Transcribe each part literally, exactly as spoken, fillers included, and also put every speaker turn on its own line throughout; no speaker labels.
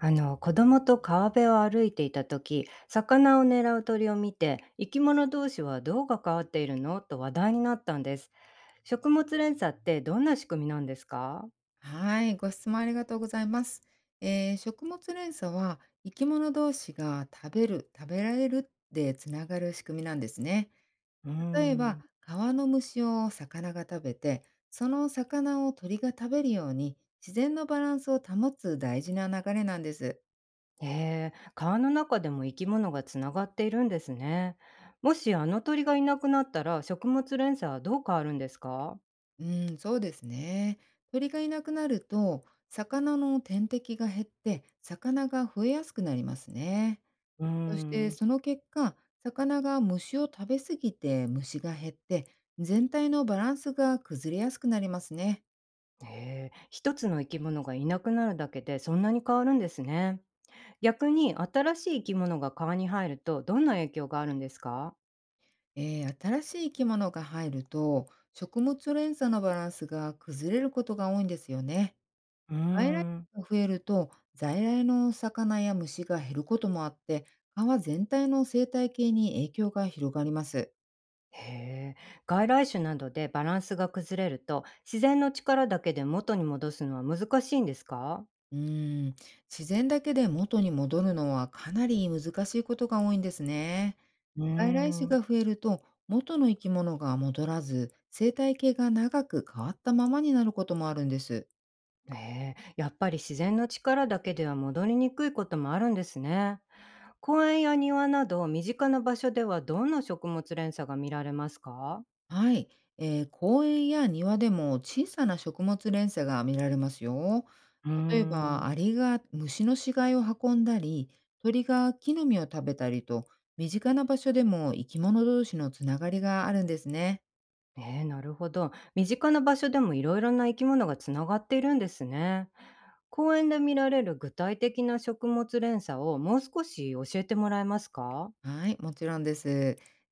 あの、子供と川辺を歩いていた時、魚を狙う鳥を見て、生き物同士はどう関わっているのと話題になったんです。食物連鎖ってどんな仕組みなんですか？
はい、ご質問ありがとうございます。えー食物連鎖は生き物同士が食べる、食べられるでつながる仕組みなんですね。
うー
例えば、
ん。
川の虫を魚が食べて、その魚を鳥が食べるように自然のバランスを保つ大事な流れなんです。
へえ、川の中でも生き物がつながっているんですね。もしあの鳥がいなくなったら、食物連鎖はどう変わるんですか？
うん、そうですね。鳥がいなくなると、魚の天敵が減って、魚が増えやすくなりますね。
うー
そして
ん。
その結果、魚が虫を食べ過ぎて虫が減って、全体のバランスが崩れやすくなりますね。
へえ、一つの生き物がいなくなるだけでそんなに変わるんですね。逆に新しい生き物が川に入ると、どんな影響があるんですか？
えー新しい生き物が入ると、食物連鎖のバランスが崩れることが多いんですよね。
うー
外来
ん、
種が増えると、在来の魚や虫が減ることもあって、川全体の生態系に影響が広がります。
へえ、外来種などでバランスが崩れると、自然の力だけで元に戻すのは難しいんですか？
うーん、自然だけで元に戻るのはかなり難しいことが多いんですね。
うー
外来種
ん、
が増えると元の生き物が戻らず生態系が長く変わったままになることもあるんです。
へえ、やっぱり自然の力だけでは戻りにくいこともあるんですね。公園や庭など身近な場所ではどんな食物連鎖が見られますか？
はい、えー公園や庭でも小さな食物連鎖が見られますよ。
うー
例えば
ん。
アリが虫の死骸を運んだり鳥が木の実を食べたりと身近な場所でも生き物同士のつながりがあるんですね。
えー、なるほど。身近な場所でもいろいろな生き物がつながっているんですね。公園で見られる具体的な食物連鎖をもう少し教えてもらえますか？
はい、もちろんです。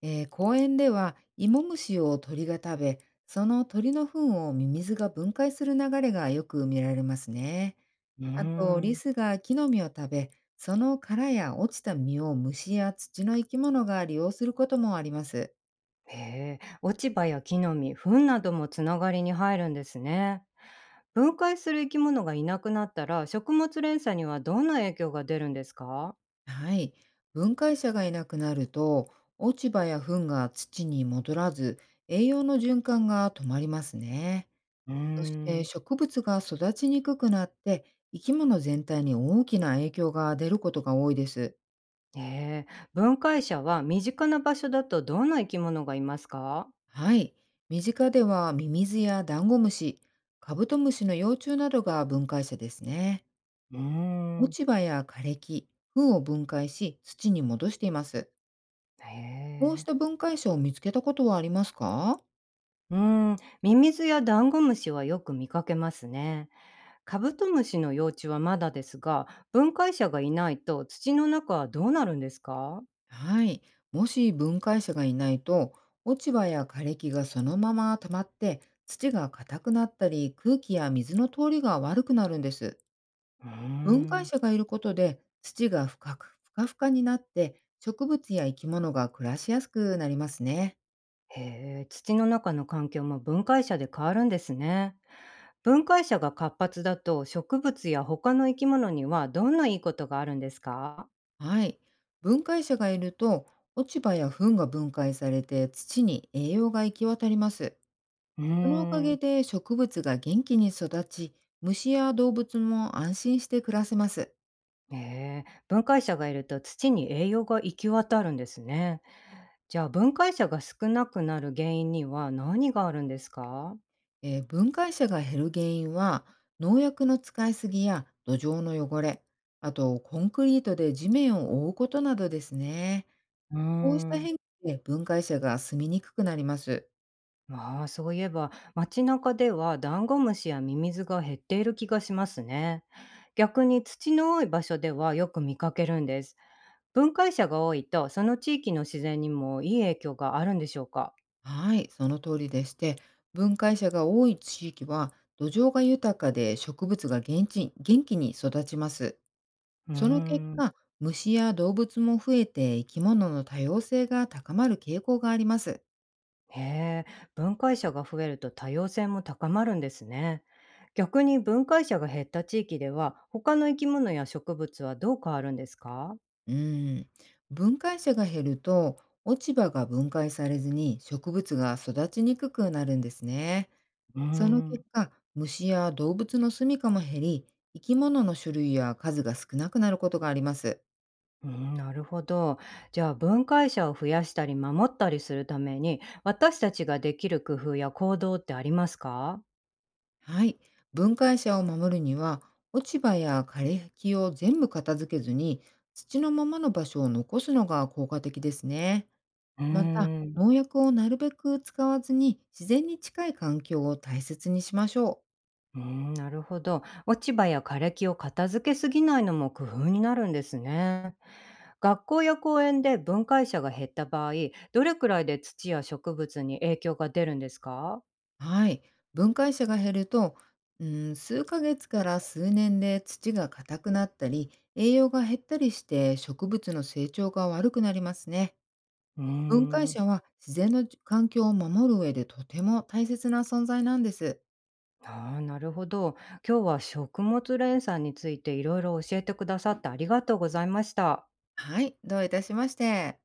えー公園では芋虫を鳥が食べ、その鳥の糞をミミズが分解する流れがよく見られますね。
うー
あと、リ
ん、
スが木の実を食べ、その殻や落ちた実を虫や土の生き物が利用することもあります。
へえ、落ち葉や木の実、糞などもつながりに入るんですね。分解する生き物がいなくなったら、食物連鎖にはどんな影響が出るんですか？
はい、分解者がいなくなると、落ち葉や糞が土に戻らず、栄養の循環が止まりますね。
うー
そして
ん、
植物が育ちにくくなって生き物全体に大きな影響が出ることが多いです。
へえ、分解者は身近な場所だとどんな生き物がいますか？
はい。身近ではミミズやダンゴムシ、カブトムシの幼虫などが分解者ですね。
うー
落
ん。
ち葉や枯れ木、糞を分解し土に戻しています。
へ
こうし
え。
た分解者を見つけたことはありますか？
うーん、ミミズやダンゴムシはよく見かけますね。カブトムシの幼虫はまだですが、分解者がいないと土の中はどうなるんですか？
はい。もし分解者がいないと、落ち葉や枯れ木がそのまま溜まって、土が硬くなったり、空気や水の通りが悪くなるんです。
うー
分解
ん。
者がいることで、土が深く、ふかふかになって、植物や生き物が暮らしやすくなりますね。
へえ、土の中の環境も分解者で変わるんですね。分解者が活発だと、植物や他の生き物にはどんないいことがあるんですか？
はい。分解者がいると、落ち葉や糞が分解されて土に栄養が行き渡ります。
うー
そのおかげ
ん。
で植物が元気に育ち、虫や動物も安心して暮らせます。
へえ、分解者がいると土に栄養が行き渡るんですね。じゃあ、分解者が少なくなる原因には何があるんですか？
えー分解者が減る原因は農薬の使いすぎや土壌の汚れ、あとコンクリートで地面を覆うことなどですね。
うー
こうした
ん。
変化で分解者が住みにくくなります。
ああ、そういえば、街中ではダンゴムシやミミズが減っている気がしますね。逆に土の多い場所ではよく見かけるんです。分解者が多いと、その地域の自然にもいい影響があるんでしょうか？
はい、その通りでして、分解者が多い地域は土壌が豊かで植物が元気元気に育ちます。
うー
その結
ん。
果、虫や動物も増えて生き物の多様性が高まる傾向があります。
へえ、分解者が増えると多様性も高まるんですね。逆に分解者が減った地域では、他の生き物や植物はどう変わるんですか？
うーん、分解者が減ると落ち葉が分解されずに植物が育ちにくくなるんですね。
うー
その結
ん。
果、虫や動物の住処も減り、生き物の種類や数が少なくなることがあります。
うん、なるほど。じゃあ、分解者を増やしたり守ったりするために、私たちができる工夫や行動ってありますか？
はい、分解者を守るには、落ち葉や枯れ木を全部片付けずに、土のままの場所を残すのが効果的ですね。
うー
また、
ん、
農薬をなるべく使わずに自然に近い環境を大切にしましょう。
うーん、なるほど。落ち葉や枯れ木を片付けすぎないのも工夫になるんですね。学校や公園で分解者が減った場合、どれくらいで土や植物に影響が出るんですか？
はい。分解者が減ると、うん、数ヶ月から数年で土が硬くなったり、栄養が減ったりして植物の成長が悪くなりますね。
うー
分解
ん、
者は自然の環境を守る上でとても大切な存在なんです。
ああ、なるほど。今日は食物連鎖についていろいろ教えてくださってありがとうございました。
はい、どういたしまして。